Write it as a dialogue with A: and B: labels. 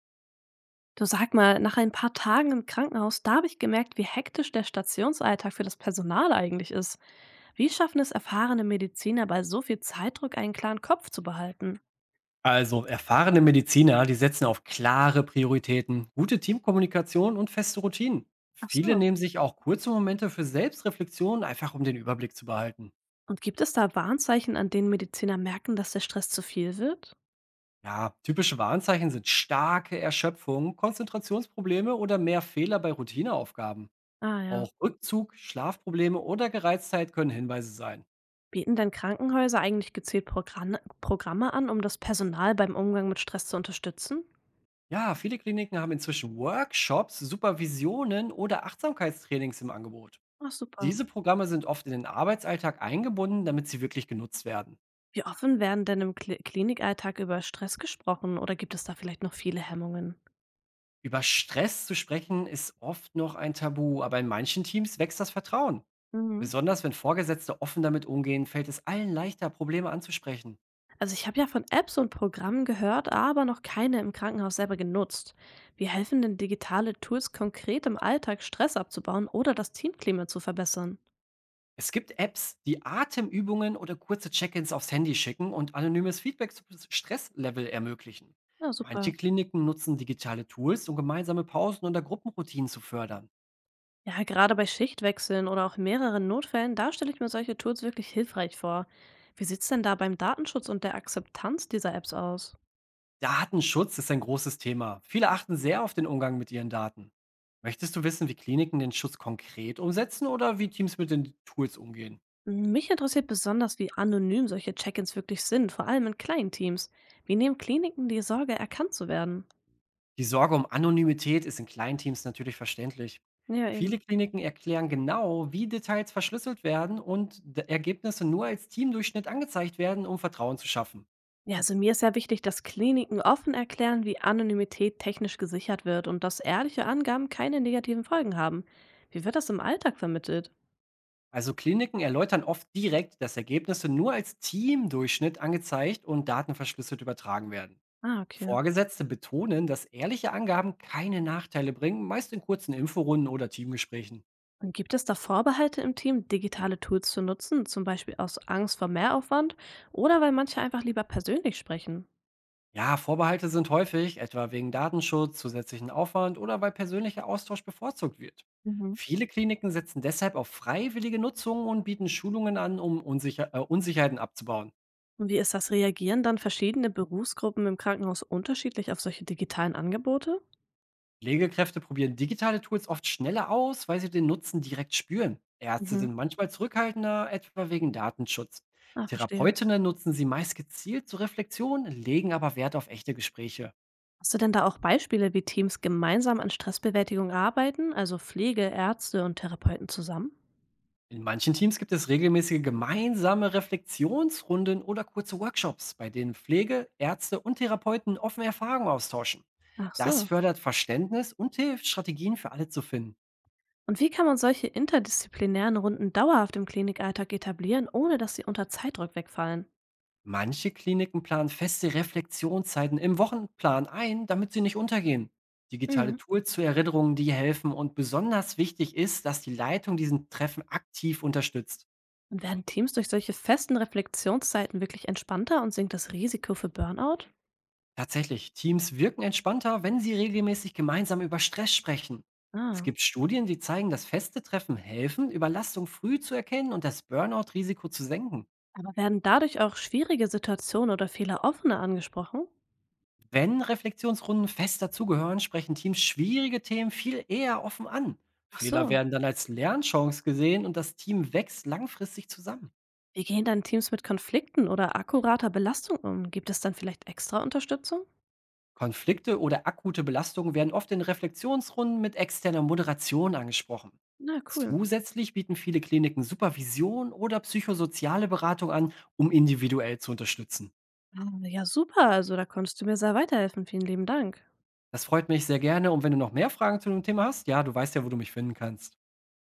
A: Du sag mal, nach ein paar Tagen im Krankenhaus, da habe ich gemerkt, wie hektisch der Stationsalltag für das Personal eigentlich ist. Wie schaffen es erfahrene Mediziner bei so viel Zeitdruck, einen klaren Kopf zu behalten?
B: Also erfahrene Mediziner, die setzen auf klare Prioritäten, gute Teamkommunikation und feste Routinen.
A: Ach
B: Viele
A: so.
B: nehmen sich auch kurze Momente für Selbstreflexion, einfach um den Überblick zu behalten.
A: Und gibt es da Warnzeichen, an denen Mediziner merken, dass der Stress zu viel wird?
B: Ja, typische Warnzeichen sind starke Erschöpfung, Konzentrationsprobleme oder mehr Fehler bei Routineaufgaben.
A: Ah ja.
B: Auch Rückzug, Schlafprobleme oder Gereiztheit können Hinweise sein.
A: Bieten denn Krankenhäuser eigentlich gezielt Programme an, um das Personal beim Umgang mit Stress zu unterstützen?
B: Ja, viele Kliniken haben inzwischen Workshops, Supervisionen oder Achtsamkeitstrainings im Angebot.
A: Ach super.
B: Diese Programme sind oft in den Arbeitsalltag eingebunden, damit sie wirklich genutzt werden.
A: Wie offen werden denn im Klinikalltag über Stress gesprochen oder gibt es da vielleicht noch viele Hemmungen?
B: Über Stress zu sprechen ist oft noch ein Tabu, aber in manchen Teams wächst das Vertrauen.
A: Mhm.
B: Besonders wenn Vorgesetzte offen damit umgehen, fällt es allen leichter, Probleme anzusprechen.
A: Also ich habe ja von Apps und Programmen gehört, aber noch keine im Krankenhaus selber genutzt. Wie helfen denn digitale Tools konkret im Alltag, Stress abzubauen oder das Teamklima zu verbessern?
B: Es gibt Apps, die Atemübungen oder kurze Check-ins aufs Handy schicken und anonymes Feedback zum Stresslevel ermöglichen.
A: Na
B: Manche
A: super.
B: Kliniken nutzen digitale Tools, um gemeinsame Pausen oder Gruppenroutinen zu fördern.
A: Ja, gerade bei Schichtwechseln oder auch mehreren Notfällen, da stelle ich mir solche Tools wirklich hilfreich vor. Wie sieht's denn da beim Datenschutz und der Akzeptanz dieser Apps aus?
B: Datenschutz ist ein großes Thema. Viele achten sehr auf den Umgang mit ihren Daten. Möchtest du wissen, wie Kliniken den Schutz konkret umsetzen oder wie Teams mit den Tools umgehen?
A: Mich interessiert besonders, wie anonym solche Check-ins wirklich sind, vor allem in kleinen Teams. Wie nehmen Kliniken die Sorge, erkannt zu werden?
B: Die Sorge um Anonymität ist in kleinen Teams natürlich verständlich.
A: Ja,
B: Viele
A: eben.
B: Kliniken erklären genau, wie Details verschlüsselt werden und Ergebnisse nur als Teamdurchschnitt angezeigt werden, um Vertrauen zu schaffen.
A: Ja, also mir ist sehr wichtig, dass Kliniken offen erklären, wie Anonymität technisch gesichert wird und dass ehrliche Angaben keine negativen Folgen haben. Wie wird das im Alltag vermittelt?
B: Also Kliniken erläutern oft direkt, dass Ergebnisse nur als Teamdurchschnitt angezeigt und Daten verschlüsselt übertragen werden.
A: Ah, okay.
B: Vorgesetzte betonen, dass ehrliche Angaben keine Nachteile bringen, meist in kurzen Inforunden oder Teamgesprächen.
A: Und gibt es da Vorbehalte im Team, digitale Tools zu nutzen, zum Beispiel aus Angst vor Mehraufwand oder weil manche einfach lieber persönlich sprechen?
B: Ja, Vorbehalte sind häufig, etwa wegen Datenschutz, zusätzlichen Aufwand oder weil persönlicher Austausch bevorzugt wird.
A: Mhm.
B: Viele Kliniken setzen deshalb auf freiwillige Nutzung und bieten Schulungen an, um Unsicherheiten abzubauen.
A: Und wie ist das? Reagieren dann verschiedene Berufsgruppen im Krankenhaus unterschiedlich auf solche digitalen Angebote?
B: Pflegekräfte probieren digitale Tools oft schneller aus, weil sie den Nutzen direkt spüren. Ärzte
A: Mhm.
B: sind manchmal zurückhaltender, etwa wegen Datenschutz.
A: Ah, verstehe.
B: Therapeutinnen nutzen sie meist gezielt zur Reflexion, legen aber Wert auf echte Gespräche.
A: Hast du denn da auch Beispiele, wie Teams gemeinsam an Stressbewältigung arbeiten, also Pflege, Ärzte und Therapeuten zusammen?
B: In manchen Teams gibt es regelmäßige gemeinsame Reflexionsrunden oder kurze Workshops, bei denen Pflege, Ärzte und Therapeuten offene Erfahrungen austauschen.
A: Ach
B: Das
A: so.
B: fördert Verständnis und hilft, Strategien für alle zu finden.
A: Und wie kann man solche interdisziplinären Runden dauerhaft im Klinikalltag etablieren, ohne dass sie unter Zeitdruck wegfallen?
B: Manche Kliniken planen feste Reflexionszeiten im Wochenplan ein, damit sie nicht untergehen. Digitale
A: Mhm.
B: Tools zur Erinnerung, die helfen und besonders wichtig ist, dass die Leitung diesen Treffen aktiv unterstützt.
A: Und werden Teams durch solche festen Reflexionszeiten wirklich entspannter und sinkt das Risiko für Burnout?
B: Tatsächlich, Teams wirken entspannter, wenn sie regelmäßig gemeinsam über Stress sprechen. Es
A: Ah.
B: gibt Studien, die zeigen, dass feste Treffen helfen, Überlastung früh zu erkennen und das Burnout-Risiko zu senken.
A: Aber werden dadurch auch schwierige Situationen oder Fehler offener angesprochen?
B: Wenn Reflexionsrunden fest dazugehören, sprechen Teams schwierige Themen viel eher offen an.
A: Ach
B: Fehler
A: so.
B: werden dann als Lernchance gesehen und das Team wächst langfristig zusammen.
A: Wie gehen dann Teams mit Konflikten oder akkurater Belastung um? Gibt es dann vielleicht extra Unterstützung?
B: Konflikte oder akute Belastungen werden oft in Reflexionsrunden mit externer Moderation angesprochen.
A: Na cool.
B: Zusätzlich bieten viele Kliniken Supervision oder psychosoziale Beratung an, um individuell zu unterstützen.
A: Ah, ja super, also da konntest du mir sehr weiterhelfen. Vielen lieben Dank.
B: Das freut mich sehr gerne und wenn du noch mehr Fragen zu dem Thema hast, ja, du weißt ja, wo du mich finden kannst.